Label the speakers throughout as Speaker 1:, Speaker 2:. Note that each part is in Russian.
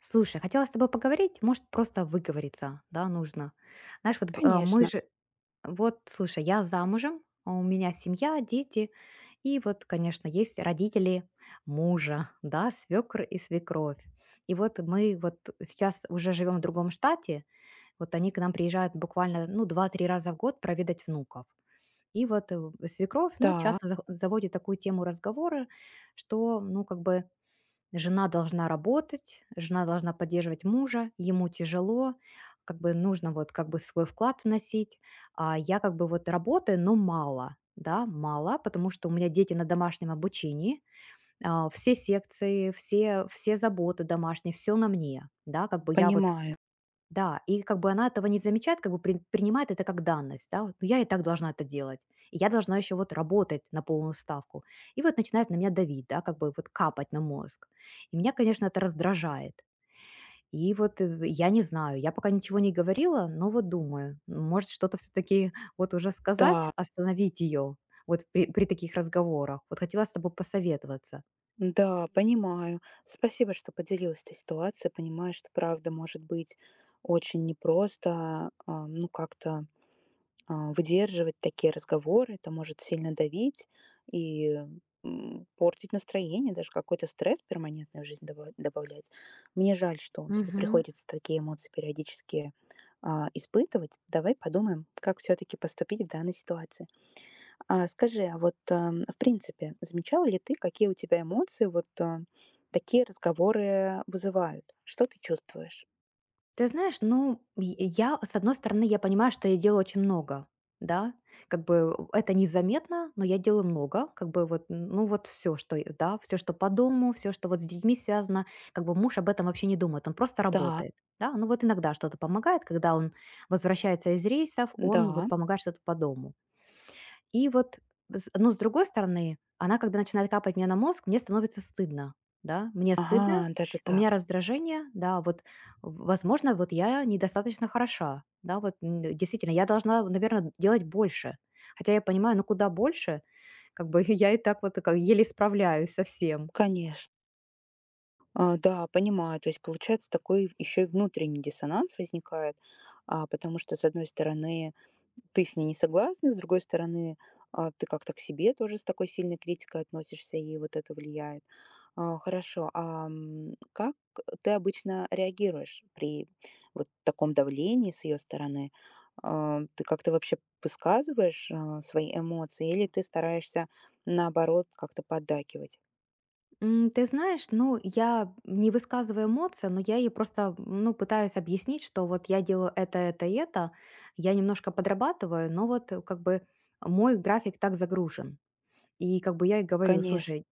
Speaker 1: Слушай, хотела с тобой поговорить, может, просто выговориться, да, нужно. Знаешь, вот мы
Speaker 2: Конечно.
Speaker 1: же, вот, слушай, я замужем, а у меня семья, дети, и вот, конечно, есть родители мужа, да, свекр и свекровь. И вот мы вот сейчас уже живем в другом штате, вот они к нам приезжают буквально, ну, два-три раза в год проведать внуков. И вот свекровь, ну,
Speaker 2: Да,
Speaker 1: часто заводит такую тему разговора, что, ну, как бы, жена должна работать, жена должна поддерживать мужа, ему тяжело, как бы нужно вот как бы свой вклад вносить. А я как бы вот работаю, но мало, да, мало, потому что у меня дети на домашнем обучении, а, все секции, все, все заботы домашние, все на мне, да, как бы я вот
Speaker 2: понимаю.
Speaker 1: да, и как бы она этого не замечает, как бы принимает это как данность, да, вот, ну, я и так должна это делать, и я должна еще вот работать на полную ставку. И вот начинает на меня давить, да, как бы вот капать на мозг. И меня, конечно, это раздражает. И вот я не знаю, я пока ничего не говорила, но вот думаю, ну, может что-то все-таки вот уже сказать,
Speaker 2: Да,
Speaker 1: остановить ее вот при таких разговорах. Вот хотела с тобой посоветоваться.
Speaker 2: да, понимаю. Спасибо, что поделилась этой ситуацией. Понимаю, что правда может быть очень непросто, ну, как-то выдерживать такие разговоры. Это может сильно давить и портить настроение, даже какой-то стресс перманентный в жизнь добавлять. Мне жаль, что тебе
Speaker 1: Мгм.
Speaker 2: приходится такие эмоции периодически испытывать. Давай подумаем, как все-таки поступить в данной ситуации. А скажи, а вот, в принципе, замечала ли ты, какие у тебя эмоции вот, такие разговоры вызывают? Что ты чувствуешь?
Speaker 1: Ты знаешь, ну, и я, с одной стороны, я понимаю, что я делаю очень много, да, как бы это незаметно, но я делаю много, как бы вот, ну вот все, что, да, все, что по дому, все, что вот с детьми связано, как бы муж об этом вообще не думает, он просто
Speaker 2: Да,
Speaker 1: работает, да, ну вот иногда что-то помогает, когда он возвращается из рейсов, он вот
Speaker 2: да.
Speaker 1: помогает что-то по дому, и вот, с ну, с другой стороны, она, когда начинает капать мне на мозг, мне становится стыдно, да, мне стыдно,
Speaker 2: Ага, даже
Speaker 1: у меня
Speaker 2: так.
Speaker 1: раздражение, да, вот, в возможно, вот я недостаточно хороша, да, вот, действительно, я должна, наверное, делать больше. Хотя я понимаю, ну, куда больше, как бы я и так вот как еле справляюсь совсем.
Speaker 2: Конечно. Да, понимаю. То есть получается такой еще и внутренний диссонанс возникает, потому что, с одной стороны, ты с ней не согласна, с другой стороны, ты как-то к себе тоже с такой сильной критикой относишься, и вот это влияет. Хорошо, а как ты обычно реагируешь при вот таком давлении с ее стороны? Ты как-то вообще высказываешь свои эмоции или ты стараешься наоборот как-то поддакивать?
Speaker 1: Ты знаешь, ну, я не высказываю эмоции, но я ей просто, ну, пытаюсь объяснить, что вот я делаю это и это, я немножко подрабатываю, но вот как бы мой график так загружен. И как бы я и говорю,
Speaker 2: Конечно,
Speaker 1: слушайте,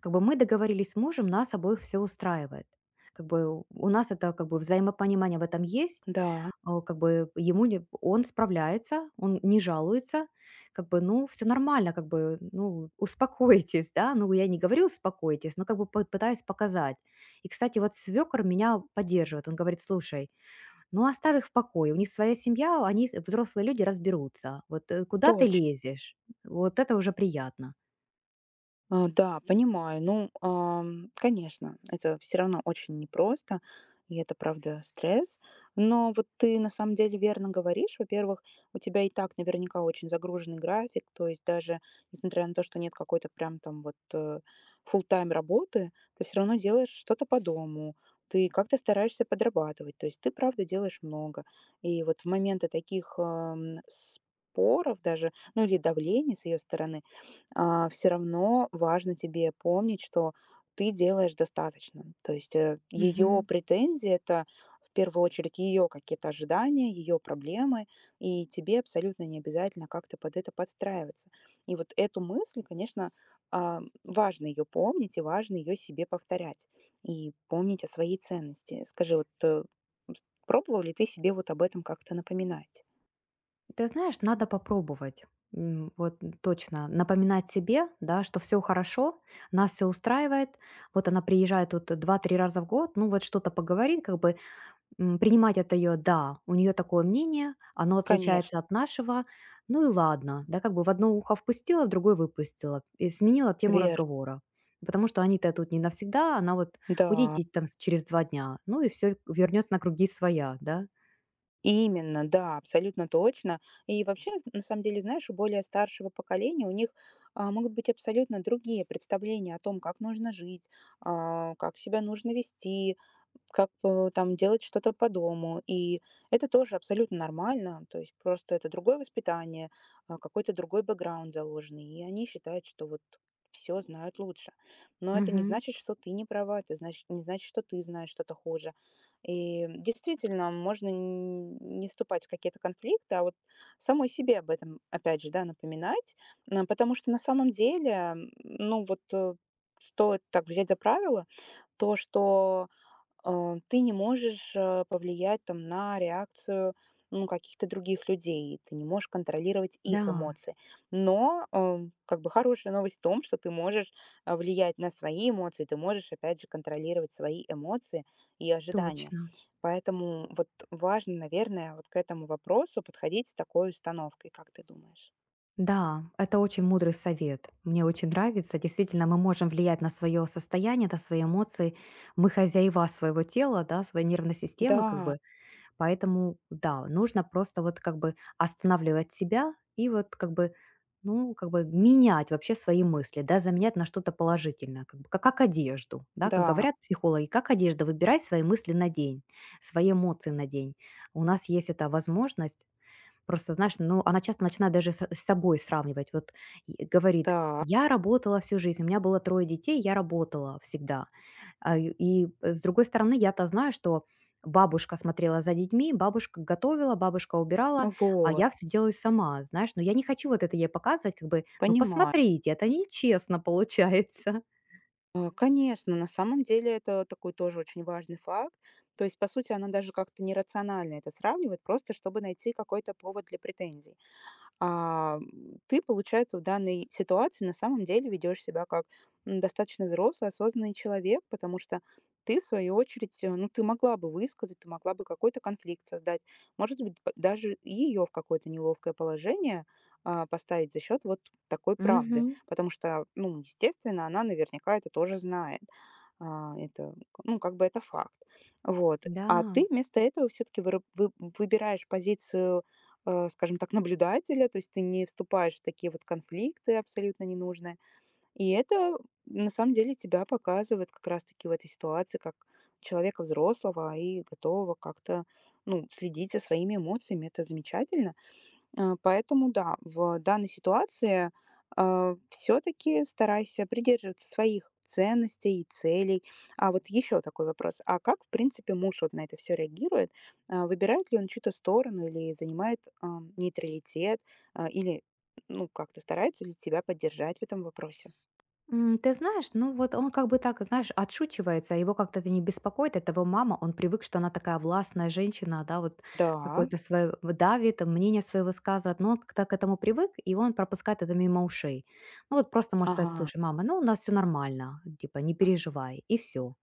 Speaker 1: как бы мы договорились с мужем, нас обоих все устраивает. Как бы у нас это как бы взаимопонимание в этом есть.
Speaker 2: да,
Speaker 1: Как бы ему не он справляется, он не жалуется, как бы, ну, все нормально, как бы, ну, успокойтесь, да. Ну, я не говорю успокойтесь, но как бы пы пытаюсь показать. И, кстати, вот свекор меня поддерживает. Он говорит: «Слушай, ну, оставь их в покое, у них своя семья, они, с взрослые люди, разберутся. Вот, куда ты
Speaker 2: точно.
Speaker 1: лезешь?» Вот это уже приятно.
Speaker 2: Да, понимаю. Ну, конечно, это все равно очень непросто, и это, правда, стресс. Но вот ты на самом деле верно говоришь. Во-первых, у тебя и так наверняка очень загруженный график, то есть даже несмотря на то, что нет какой-то прям там вот full-time работы, ты все равно делаешь что-то по дому, ты как-то стараешься подрабатывать, то есть ты, правда, делаешь много. И вот в моменты таких споров даже, ну или давления с ее стороны, все равно важно тебе помнить, что ты делаешь достаточно. То есть ее претензии — это в первую очередь ее какие-то ожидания, ее проблемы, и тебе абсолютно не обязательно как-то под это подстраиваться. И вот эту мысль, конечно, важно ее помнить и важно ее себе повторять и помнить о своей ценности. Скажи, вот пробовал ли ты себе вот об этом как-то напоминать?
Speaker 1: Ты знаешь, надо попробовать. Вот точно напоминать себе, да, что все хорошо, нас все устраивает. Вот она приезжает тут два-три раза в год, ну вот что-то поговорит, как бы принимать это ее, да, у нее такое мнение, оно
Speaker 2: Конечно,
Speaker 1: отличается от нашего, ну и ладно, да, как бы в одно ухо впустила, в другое выпустила, и сменила тему
Speaker 2: верно.
Speaker 1: разговора. Потому что они-то тут не навсегда, она вот
Speaker 2: Да,
Speaker 1: уедет там через два дня, ну и все вернется на круги своя, да.
Speaker 2: именно, да, абсолютно точно. И вообще, на самом деле, знаешь, у более старшего поколения у них могут быть абсолютно другие представления о том, как нужно жить, как себя нужно вести, как там делать что-то по дому. И это тоже абсолютно нормально. То есть просто это другое воспитание, какой-то другой бэкграунд заложенный. И они считают, что вот все знают лучше. Но это не
Speaker 1: Мгм.
Speaker 2: значит, что ты не права, это значит, не значит, что ты знаешь что-то хуже. И действительно, можно н не вступать в какие-то конфликты, а вот самой себе об этом, опять же, да, напоминать. Потому что на самом деле, ну вот, стоит так взять за правило то, что ты не можешь повлиять там на реакцию ну, каких-то других людей, ты не можешь контролировать
Speaker 1: Да,
Speaker 2: их эмоции. Но как бы хорошая новость в том, что ты можешь влиять на свои эмоции, ты можешь, опять же, контролировать свои эмоции и ожидания.
Speaker 1: точно.
Speaker 2: Поэтому вот важно, наверное, вот к этому вопросу подходить с такой установкой, как ты думаешь?
Speaker 1: Да, это очень мудрый совет. Мне очень нравится. Действительно, мы можем влиять на свое состояние, на свои эмоции. Мы хозяева своего тела, да, своей нервной системы, как
Speaker 2: Да,
Speaker 1: бы. Поэтому, да, нужно просто вот как бы останавливать себя и вот как бы, ну, как бы менять вообще свои мысли, да, заменять на что-то положительное, как бы, как одежду, да, как
Speaker 2: да,
Speaker 1: говорят психологи, как одежда, выбирай свои мысли на день, свои эмоции на день. У нас есть эта возможность. Просто, знаешь, ну, она часто начинает даже с собой сравнивать. Вот и говорит:
Speaker 2: да,
Speaker 1: «Я работала всю жизнь, у меня было трое детей, я работала всегда». А, и, с другой стороны, я-то знаю, что бабушка смотрела за детьми, бабушка готовила, бабушка убирала, а
Speaker 2: вот,
Speaker 1: я все делаю сама, знаешь. Но я не хочу вот это ей показывать, как бы: «Ну,
Speaker 2: понимаю.
Speaker 1: посмотрите, это нечестно получается».
Speaker 2: Конечно, на самом деле это такой тоже очень важный факт. То есть, по сути, она даже как-то нерационально это сравнивает, просто чтобы найти какой-то повод для претензий. Ты, получается, в данной ситуации на самом деле ведешь себя как достаточно взрослый, осознанный человек, потому что ты, в свою очередь, ну, ты могла бы высказать, ты могла бы какой-то конфликт создать, может быть, даже и ее в какое-то неловкое положение поставить за счет вот такой правды,
Speaker 1: Мгм.
Speaker 2: потому что, ну, естественно, она наверняка это тоже знает. Это, ну, как бы это факт. Вот. А
Speaker 1: Да.
Speaker 2: ты вместо этого все-таки выбираешь позицию скажем так, наблюдателя, то есть ты не вступаешь в такие вот конфликты абсолютно ненужные. И это на самом деле тебя показывает как раз-таки в этой ситуации как человека взрослого и готового как-то ну, следить за своими эмоциями. Это замечательно. Поэтому да, в данной ситуации, все таки старайся придерживаться своих ценностей и целей. А вот еще такой вопрос: а как, в принципе, муж вот на это все реагирует? Выбирает ли он чью-то сторону или занимает, нейтралитет, или, ну, как-то старается ли тебя поддержать в этом вопросе?
Speaker 1: Ты знаешь, ну вот он как бы так, знаешь, отшучивается, его как-то это не беспокоит, это его мама, он привык, что она такая властная женщина, да, вот
Speaker 2: Да,
Speaker 1: какое-то свое давит, мнение свое высказывает, но он как-то к этому привык, и он пропускает это мимо ушей. Ну вот просто можно сказать,
Speaker 2: ага.
Speaker 1: слушай, мама, ну у нас все нормально, типа не переживай, и все.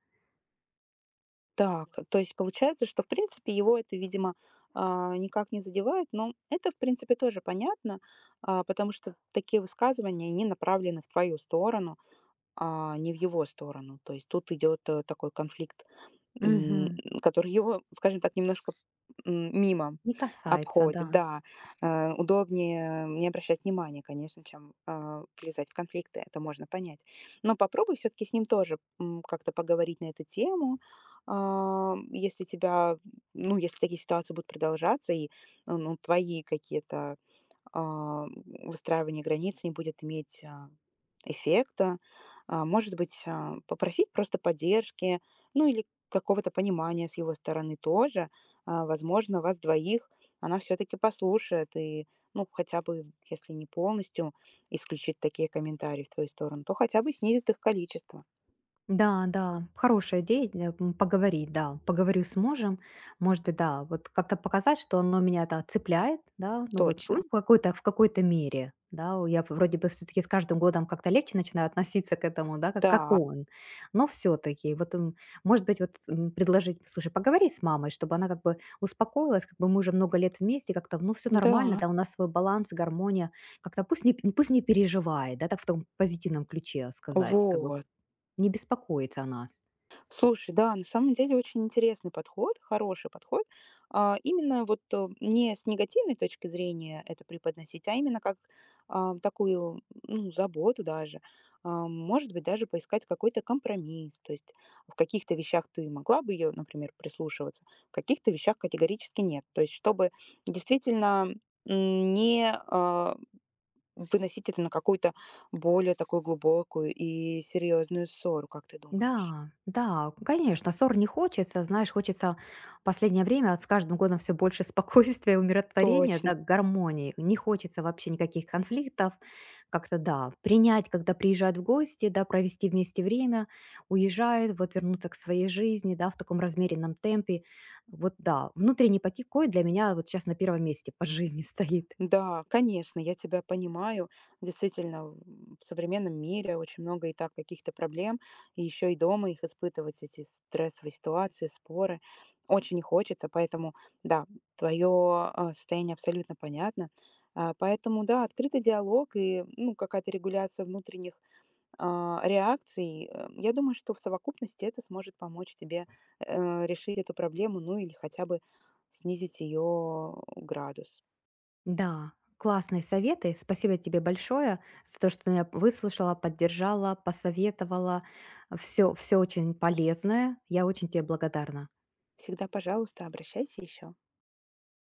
Speaker 2: Так, то есть получается, что в принципе его это, видимо, никак не задевает, но это в принципе тоже понятно, потому что такие высказывания, они направлены в твою сторону, а не в его сторону. То есть тут идет такой конфликт, М,
Speaker 1: Мгм.
Speaker 2: который его, скажем так, немножко, мимо
Speaker 1: Не касается,
Speaker 2: обходит.
Speaker 1: да.
Speaker 2: Да, удобнее не обращать внимания, конечно, чем, влезать в конфликты, это можно понять. Но попробуй все таки с ним тоже, как-то поговорить на эту тему. Если тебя, ну, если такие ситуации будут продолжаться и, ну, твои какие-то а, выстраивание границ не будет иметь эффекта. Может быть, попросить просто поддержки, ну или какого-то понимания с его стороны тоже. Возможно, вас двоих она все-таки послушает и, ну, хотя бы, если не полностью исключить такие комментарии в твою сторону, то хотя бы снизит их количество.
Speaker 1: Да, да, хорошая идея, поговорить, да, поговорю с мужем, может быть, да, вот как-то показать, что оно меня да, цепляет, да, ну вот
Speaker 2: Точно.
Speaker 1: ну, в какой-то мере, да, я вроде бы все-таки с каждым годом как-то легче начинаю относиться к этому, да, как
Speaker 2: Да,
Speaker 1: он, но все-таки, вот, может быть, вот предложить, слушай, поговори с мамой, чтобы она как бы успокоилась, как бы мы уже много лет вместе, как-то, ну, все нормально,
Speaker 2: да.
Speaker 1: да, у нас свой баланс, гармония, как-то пусть не переживает, да, так в том позитивном ключе сказать, как бы
Speaker 2: Вот.
Speaker 1: не беспокоить о нас.
Speaker 2: Слушай, да, на самом деле очень интересный подход, хороший подход. Именно вот не с негативной точки зрения это преподносить, а именно как такую ну, заботу даже. Может быть, даже поискать какой-то компромисс. То есть в каких-то вещах ты могла бы ее, например, прислушиваться, в каких-то вещах категорически нет. То есть чтобы действительно не выносить это на какую-то более такую глубокую и серьезную ссору, как ты думаешь?
Speaker 1: Да, да, конечно, ссор не хочется. Знаешь, хочется в последнее время вот с каждым годом все больше спокойствия, умиротворения,
Speaker 2: Точно.
Speaker 1: да, гармонии. Не хочется вообще никаких конфликтов. Как-то, да, принять, когда приезжают в гости, да, провести вместе время, уезжают, вот вернуться к своей жизни, да, в таком размеренном темпе. Вот да, внутренний покой для меня вот сейчас на первом месте по жизни стоит.
Speaker 2: Да, конечно, я тебя понимаю. Действительно, в современном мире очень много и так каких-то проблем, и еще и дома их испытывать, эти стрессовые ситуации, споры. Очень не хочется, поэтому, да, твое состояние абсолютно понятно. Поэтому, да, открытый диалог и ну, какая-то регуляция внутренних реакций, я думаю, что в совокупности это сможет помочь тебе решить эту проблему, ну или хотя бы снизить ее градус.
Speaker 1: Да, классные советы. Спасибо тебе большое за то, что ты меня выслушала, поддержала, посоветовала. Все, все очень полезное. Я очень тебе благодарна.
Speaker 2: Всегда, пожалуйста, обращайся еще.